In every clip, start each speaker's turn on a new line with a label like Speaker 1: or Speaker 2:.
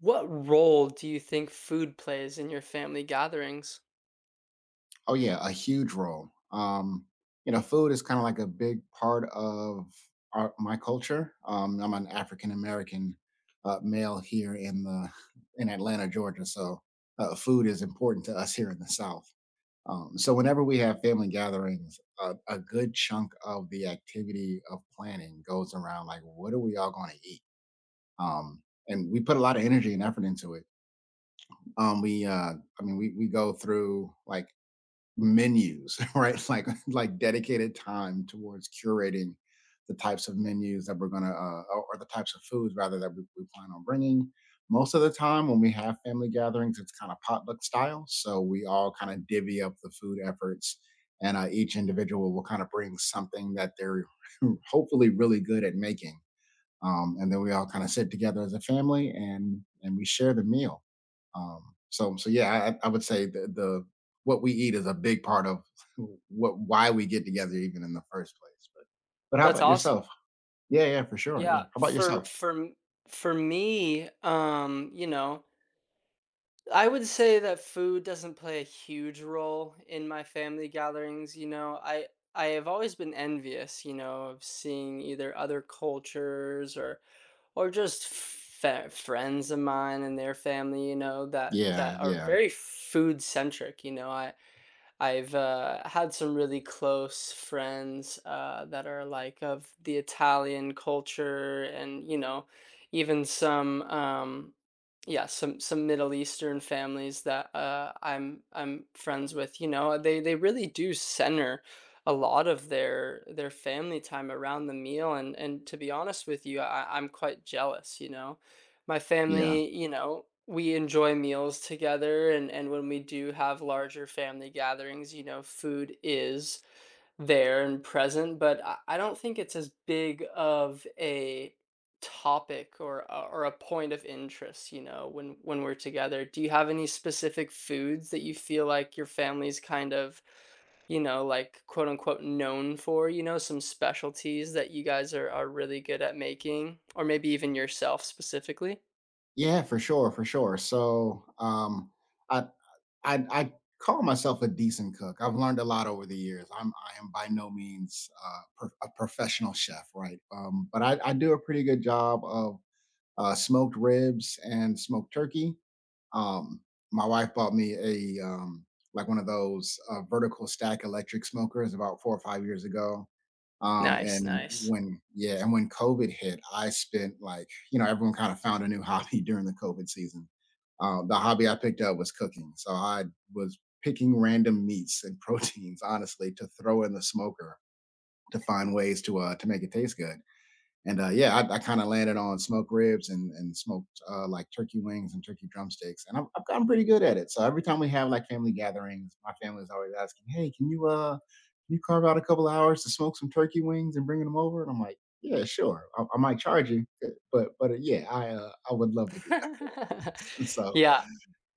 Speaker 1: What role do you think food plays in your family gatherings?
Speaker 2: Oh yeah, a huge role. Food is kind of like a big part of my culture. I'm an African American male here in the in Atlanta, Georgia. So food is important to us here in the South. So whenever we have family gatherings, a good chunk of the activity of planning goes around like, what are we all going to eat? And we put a lot of energy and effort into it. Um, we, uh, I mean, we go through like menus, right? Like dedicated time towards curating the types of menus that we're gonna or the types of foods rather that we plan on bringing. Most of the time, when we have family gatherings, it's kind of potluck style, so we all kind of divvy up the food efforts, and each individual will kind of bring something that they're hopefully really good at making and then we all kind of sit together as a family and we share the meal. So yeah, I would say the what we eat is a big part of what why we get together even in the first place. But how
Speaker 1: That's
Speaker 2: about
Speaker 1: awesome.
Speaker 2: yourself? Yeah, yeah, for sure. Yeah.
Speaker 1: Yeah,
Speaker 2: How about yourself?
Speaker 1: for me, you know, I would say that food doesn't play a huge role in my family gatherings. I I have always been envious, you know, of seeing either other cultures or or just friends of mine and their family, you know, that
Speaker 2: Yeah,
Speaker 1: that are
Speaker 2: yeah,
Speaker 1: very food centric. I I've had some really close friends that are like of the Italian culture, and you know, even some yeah, some Middle Eastern families that I'm friends with. You know, they really do center a lot of their family time around the meal, and to be honest with you, I'm quite jealous. You know. My
Speaker 2: yeah,
Speaker 1: family, you know, we enjoy meals together and when we do have larger family gatherings, you know, food is there and present, but I don't think it's as big of a topic or a point of interest, you know, when we're together. Do you have any specific foods that you feel like your family's kind of, you know, like quote unquote known for, you know, some specialties that you guys are really good at making, or maybe even yourself specifically?
Speaker 2: yeah, for sure, for sure. So um, I I I call myself a decent cook. I've learned a lot over the years. I am by no means a professional chef, right? But I do a pretty good job of smoked ribs and smoked turkey. Um, my wife bought me a like one of those vertical stack electric smokers about four or five years ago. Um,
Speaker 1: Nice,
Speaker 2: and
Speaker 1: nice.
Speaker 2: when yeah, and when COVID hit, I spent like, you know, everyone kind of found a new hobby during the COVID season. The hobby I picked up was cooking, so I was picking random meats and proteins, honestly, to throw in the smoker to find ways to make it taste good. And yeah, I kind of landed on smoked ribs and smoked like turkey wings and turkey drumsticks, and I've gotten pretty good at it. So every time we have like family gatherings, my family's always asking, "Hey, can you carve out a couple of hours to smoke some turkey wings and bring them over?" And I'm like, "Yeah, sure. I might charge you, but yeah, I would love to do that for 'em." So
Speaker 1: Yeah,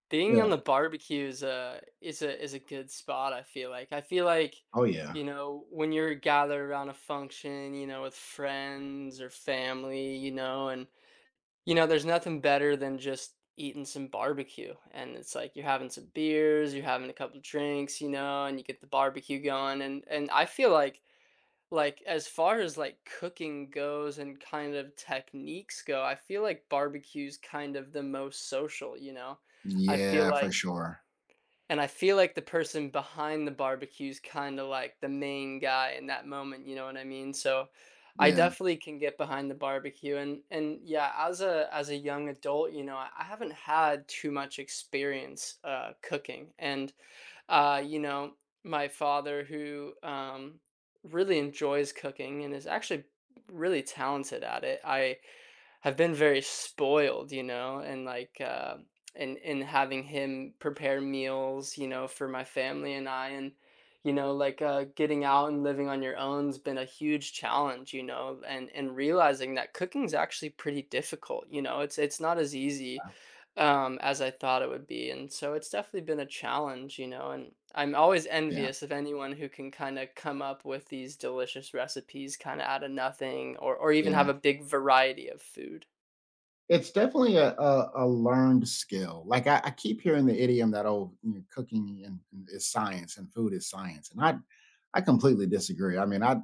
Speaker 1: being on
Speaker 2: yeah,
Speaker 1: the barbecue is a is a good spot, I feel like. I feel like,
Speaker 2: oh yeah,
Speaker 1: you know, when you're gathered around a function, you know, with friends or family, you know, and you know, there's nothing better than just eating some barbecue. And it's like you're having some beers, you're having a couple drinks, you know, and you get the barbecue going and I feel like, as far as, like, cooking goes and kind of techniques go, I feel like barbecue's kind of the most social, you know? I feel
Speaker 2: yeah for
Speaker 1: like
Speaker 2: sure,
Speaker 1: and I feel like the person behind the barbecue's kinda like the main guy in that moment, you know what I mean? So, I
Speaker 2: yeah,
Speaker 1: definitely can get behind the barbecue, and yeah, as a young adult, you know, I haven't had too much experience, cooking, and you know, my father who really enjoys cooking and is actually really talented at it. I have been very spoiled, you know, and like in having him prepare meals, you know, for my family and I and you know, like getting out and living on your own's been a huge challenge, you know, and realizing that cooking's actually pretty difficult, you know. It's not as easy as I thought it would be. And so it's definitely been a challenge, you know, and I'm always
Speaker 2: yeah,
Speaker 1: envious of anyone who can kind of come up with these delicious recipes kind of out of nothing, or or even
Speaker 2: yeah.
Speaker 1: have a big variety of food.
Speaker 2: It's definitely a learned skill. Like I keep hearing the idiom that, oh, you know, cooking and is science and food is science, and I completely disagree. I mean, I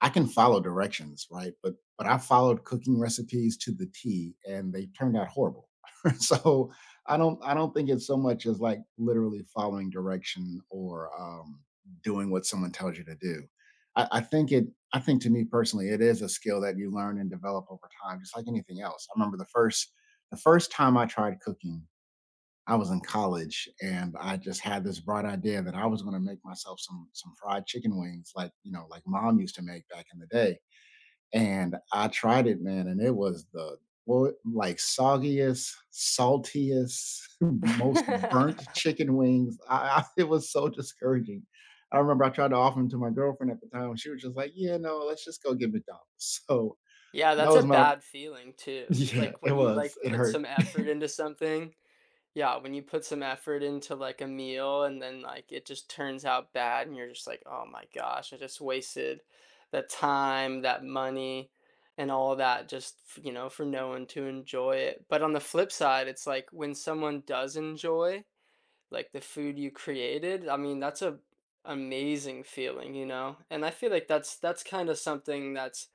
Speaker 2: I can follow directions, right? But I followed cooking recipes to the T, and they turned out horrible. So I don't think it's so much as like literally following direction or doing what someone tells you to do. I think it. I think to me personally, it is a skill that you learn and develop over time, just like anything else. I remember the first time I tried cooking, I was in college, and I just had this bright idea that I was going to make myself some fried chicken wings, like, you know, like mom used to make back in the day. And I tried it, man, and it was like, soggiest, saltiest, most burnt chicken wings. I it was so discouraging. I remember I tried to offer them to my girlfriend at the time. And she was just like, "Yeah, no, let's just go get McDonald's." So
Speaker 1: Yeah,
Speaker 2: that
Speaker 1: that's a
Speaker 2: was my
Speaker 1: bad feeling too.
Speaker 2: yeah.
Speaker 1: Like
Speaker 2: It
Speaker 1: when you
Speaker 2: was.
Speaker 1: like
Speaker 2: It
Speaker 1: put
Speaker 2: hurt.
Speaker 1: some effort into something. Yeah, when you put some effort into, like, a meal and then, like, it just turns out bad and you're just like, "Oh my gosh, I just wasted that time, that money, and all that just f you know, for no one to enjoy it." But on the flip side, it's like when someone does enjoy, like, the food you created, I mean, that's a amazing feeling, you know? And I feel like that's kinda something that's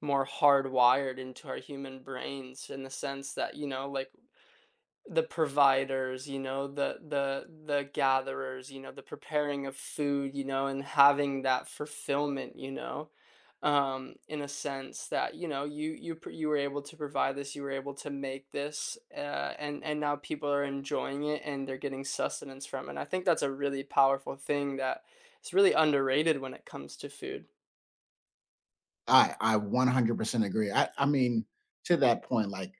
Speaker 1: more hardwired into our human brains in the sense that, you know, like the providers, you know, the gatherers, you know, the preparing of food, you know, and having that fulfillment, you know, in a sense that you know you were able to provide this, you were able to make this, and now people are enjoying it and they're getting sustenance from it. And I think that's a really powerful thing that is really underrated when it comes to food,
Speaker 2: I 100% agree. I mean, to that point, like,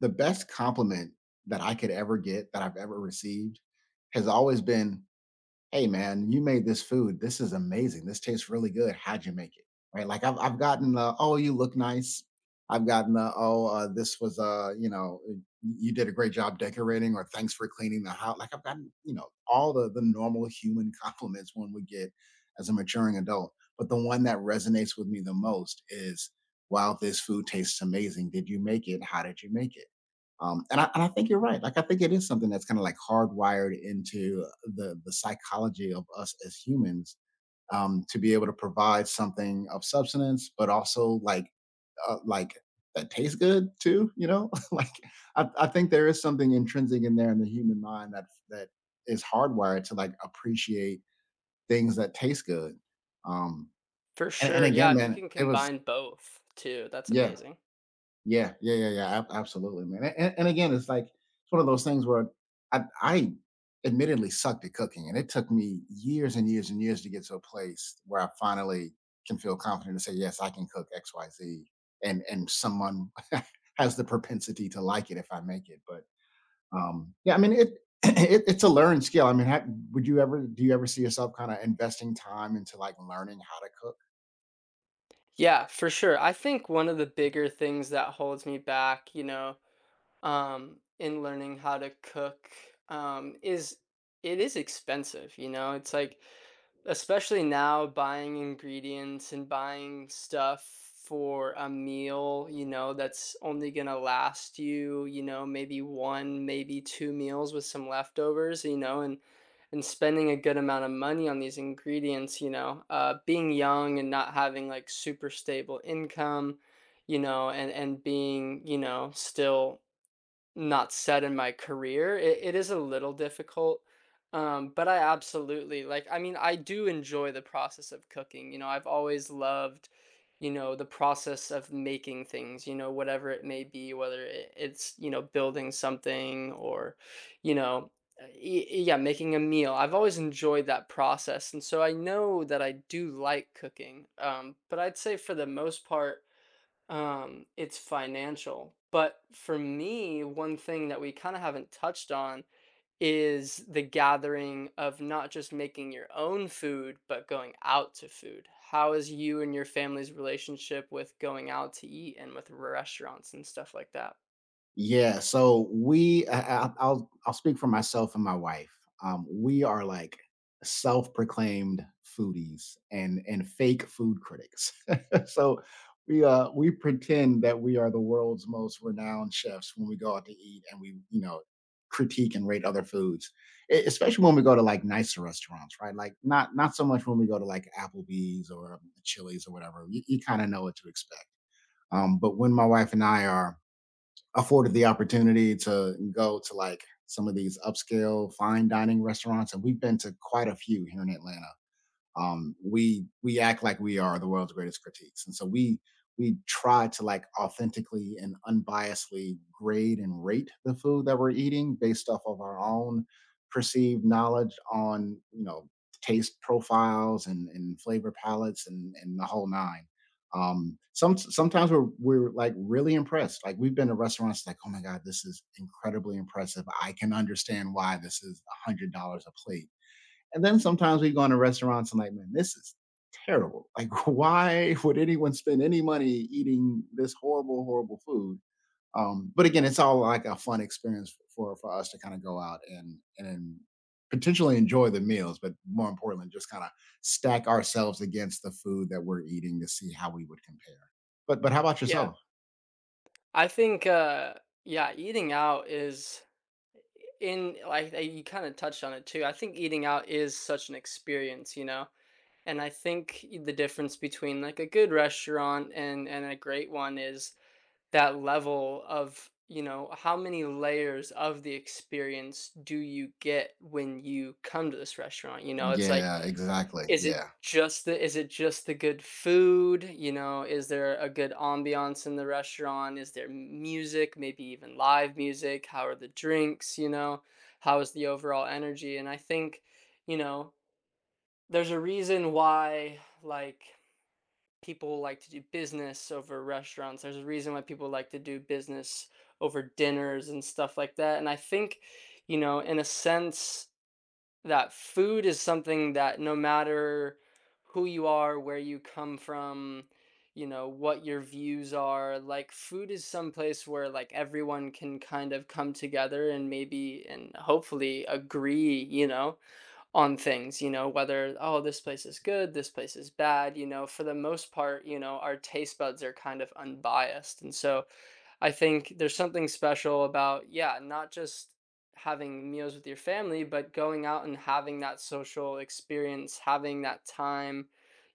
Speaker 2: the best compliment that I could ever get that I've ever received has always been, "Hey man, you made this food, this is amazing, this tastes really good, how'd you make it?" I've gotten the, "Oh, you look nice." I've gotten the, this was you know you did a great job decorating," or, "Thanks for cleaning the house." Like, I've gotten, you know, all the normal human compliments one would get as a maturing adult, but the one that resonates with me the most is, "Wow, this food tastes amazing, did you make it? How did you make it?" And I think you're right. Like, I think it is something that's kind of like hardwired into the psychology of us as humans to be able to provide something of substance, but also like that tastes good too. You know, like, I think there is something intrinsic in there in the human mind that is hardwired to like appreciate things that taste good. Um,
Speaker 1: for
Speaker 2: and
Speaker 1: sure. Yeah,
Speaker 2: again,
Speaker 1: if you
Speaker 2: man,
Speaker 1: can
Speaker 2: it was,
Speaker 1: combine both too, that's
Speaker 2: yeah.
Speaker 1: amazing.
Speaker 2: Yeah, yeah, yeah, yeah, ab absolutely, man, a and again, it's like it's one of those things where I admittedly sucked at cooking, and it took me years and years and years to get to a place where I finally can feel confident to say, "Yes, I can cook XYZ," and someone has the propensity to like it if I make it, but, yeah, I mean, it it's a learned skill, I mean, ha would you ever, do you ever see yourself kinda investing time into, like, learning how to cook?
Speaker 1: Yeah, for sure. I think one of the bigger things that holds me back, you know, in learning how to cook, is it is expensive, you know? It's like especially now, buying ingredients and buying stuff for a meal, you know, that's only gonna last you, you know, maybe one, maybe two meals with some leftovers, you know, and spending a good amount of money on these ingredients, you know, being young and not having like super stable income, you know, and being, you know, still not set in my career, it is a little difficult, but I absolutely like, I mean, I do enjoy the process of cooking, you know, I've always loved, you know, the process of making things, you know, whatever it may be, whether it's, you know, building something or, you know, y yeah, making a meal. I've always enjoyed that process, and so I know that I do like cooking, but I'd say for the most part, it's financial. But for me, one thing that we kind of haven't touched on is the gathering of not just making your own food, but going out to food. How is you and your family's relationship with going out to eat and with restaurants and stuff like that?
Speaker 2: Yeah, so we I I'll speak for myself and my wife. We are, like, self-proclaimed foodies and fake food critics. So, we pretend that we are the world's most renowned chefs when we go out to eat and we, you know, critique and rate other foods, e especially when we go to, like, nicer restaurants, right? Like, not so much when we go to, like, Applebee's or Chili's or whatever. You kinda know what to expect. But when my wife and I are afforded the opportunity to go to like some of these upscale fine dining restaurants, and we've been to quite a few here in Atlanta, we act like we are the world's greatest critiques, and so we try to like authentically and unbiasedly grade and rate the food that we're eating based off of our own perceived knowledge on, you know, taste profiles and flavor palettes and the whole nine. Sometimes we're like really impressed. Like, we've been to restaurants like, oh my god, this is incredibly impressive. I can understand why this is $100 a plate. And then sometimes we go into restaurants and like, man, this is terrible. Like, why would anyone spend any money eating this horrible, horrible food? But again, it's all like a fun experience for us to kind of go out and potentially enjoy the meals, but more importantly, just kind of stack ourselves against the food that we're eating to see how we would compare. But how about
Speaker 1: Yeah,
Speaker 2: yourself?
Speaker 1: I think, yeah, eating out is in like you kind of touched on it too. I think eating out is such an experience, you know. And I think the difference between like a good restaurant and a great one is that level of, you know, how many layers of the experience do you get when you come to this restaurant? You know, it's like,
Speaker 2: Yeah, exactly. Yeah,
Speaker 1: is it just the good food? You know, is there a good ambiance in the restaurant? Is there music, maybe even live music? How are the drinks? You know, how is the overall energy? And I think, you know, there's a reason why like people like to do business over restaurants. There's a reason why people like to do business over dinners and stuff like that. And I think, you know, in a sense, that food is something that no matter who you are, where you come from, you know, what your views are, like food is some place where like everyone can kind of come together and maybe and hopefully agree, you know, on things, you know, whether, oh, this place is good, this place is bad, you know, for the most part, you know, our taste buds are kind of unbiased. And so I think there's something special about, yeah, not just having meals with your family, but going out and having that social experience, having that time,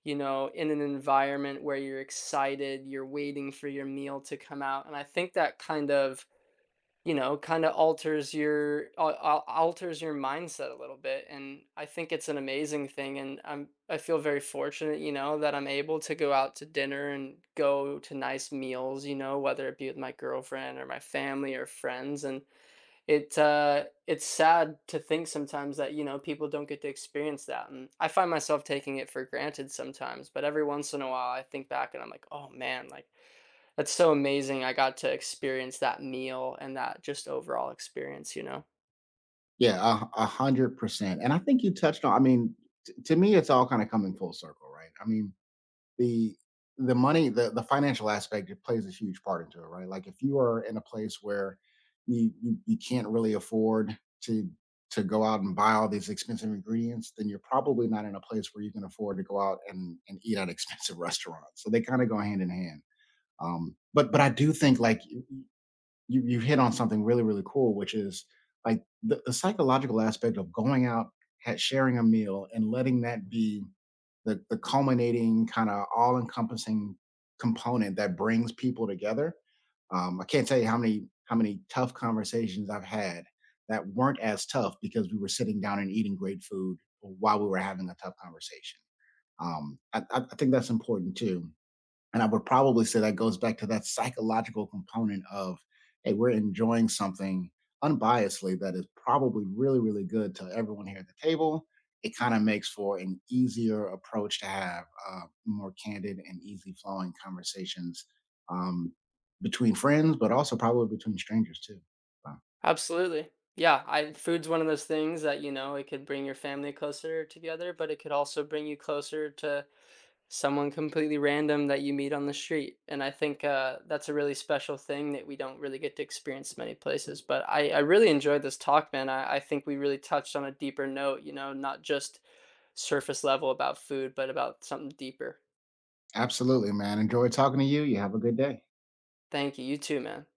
Speaker 1: you know, in an environment where you're excited, you're waiting for your meal to come out. And I think that kind of you know, kinda alters your al al alters your mindset a little bit, and I think it's an amazing thing, and I'm I feel very fortunate, you know, that I'm able to go out to dinner and go to nice meals, you know, whether it be with my girlfriend or my family or friends, and it, it's sad to think sometimes that, you know, people don't get to experience that, and I find myself taking it for granted sometimes, but every once in a while, I think back and I'm like, "Oh, man," like that's so amazing I got to experience that meal and that just overall experience, you know?
Speaker 2: yeah, a 100%. And I think you touched on. I mean, to me, it's all kind of coming full circle, right? I mean, the the money, the financial aspect, it plays a huge part into it, right? Like, if you are in a place where you can't really afford to go out and buy all these expensive ingredients, then you're probably not in a place where you can afford to go out and eat at expensive restaurants, so they kind of go hand in hand. But I do think like you hit on something really, really cool, which is like the psychological aspect of going out, sharing a meal, and letting that be the culminating, kind of all encompassing component that brings people together. I can't tell you how many tough conversations I've had that weren't as tough because we were sitting down and eating great food while we were having a tough conversation. I I think that's important too. And I would probably say that goes back to that psychological component of, hey, we're enjoying something unbiasedly that is probably really, really good to everyone here at the table. It kind of makes for an easier approach to have more candid and easy flowing conversations um, between friends, but also probably between strangers too.
Speaker 1: Absolutely. Yeah, I food's one of those things that, you know, it could bring your family closer together, but it could also bring you closer to someone completely random that you meet on the street. And I think that's a really special thing that we don't really get to experience many places. But I really enjoyed this talk, man. I think we really touched on a deeper note, you know, not just surface level about food, but about something deeper.
Speaker 2: Absolutely, man. Enjoy talking to you. You have a good day.
Speaker 1: Thank you. You too, man.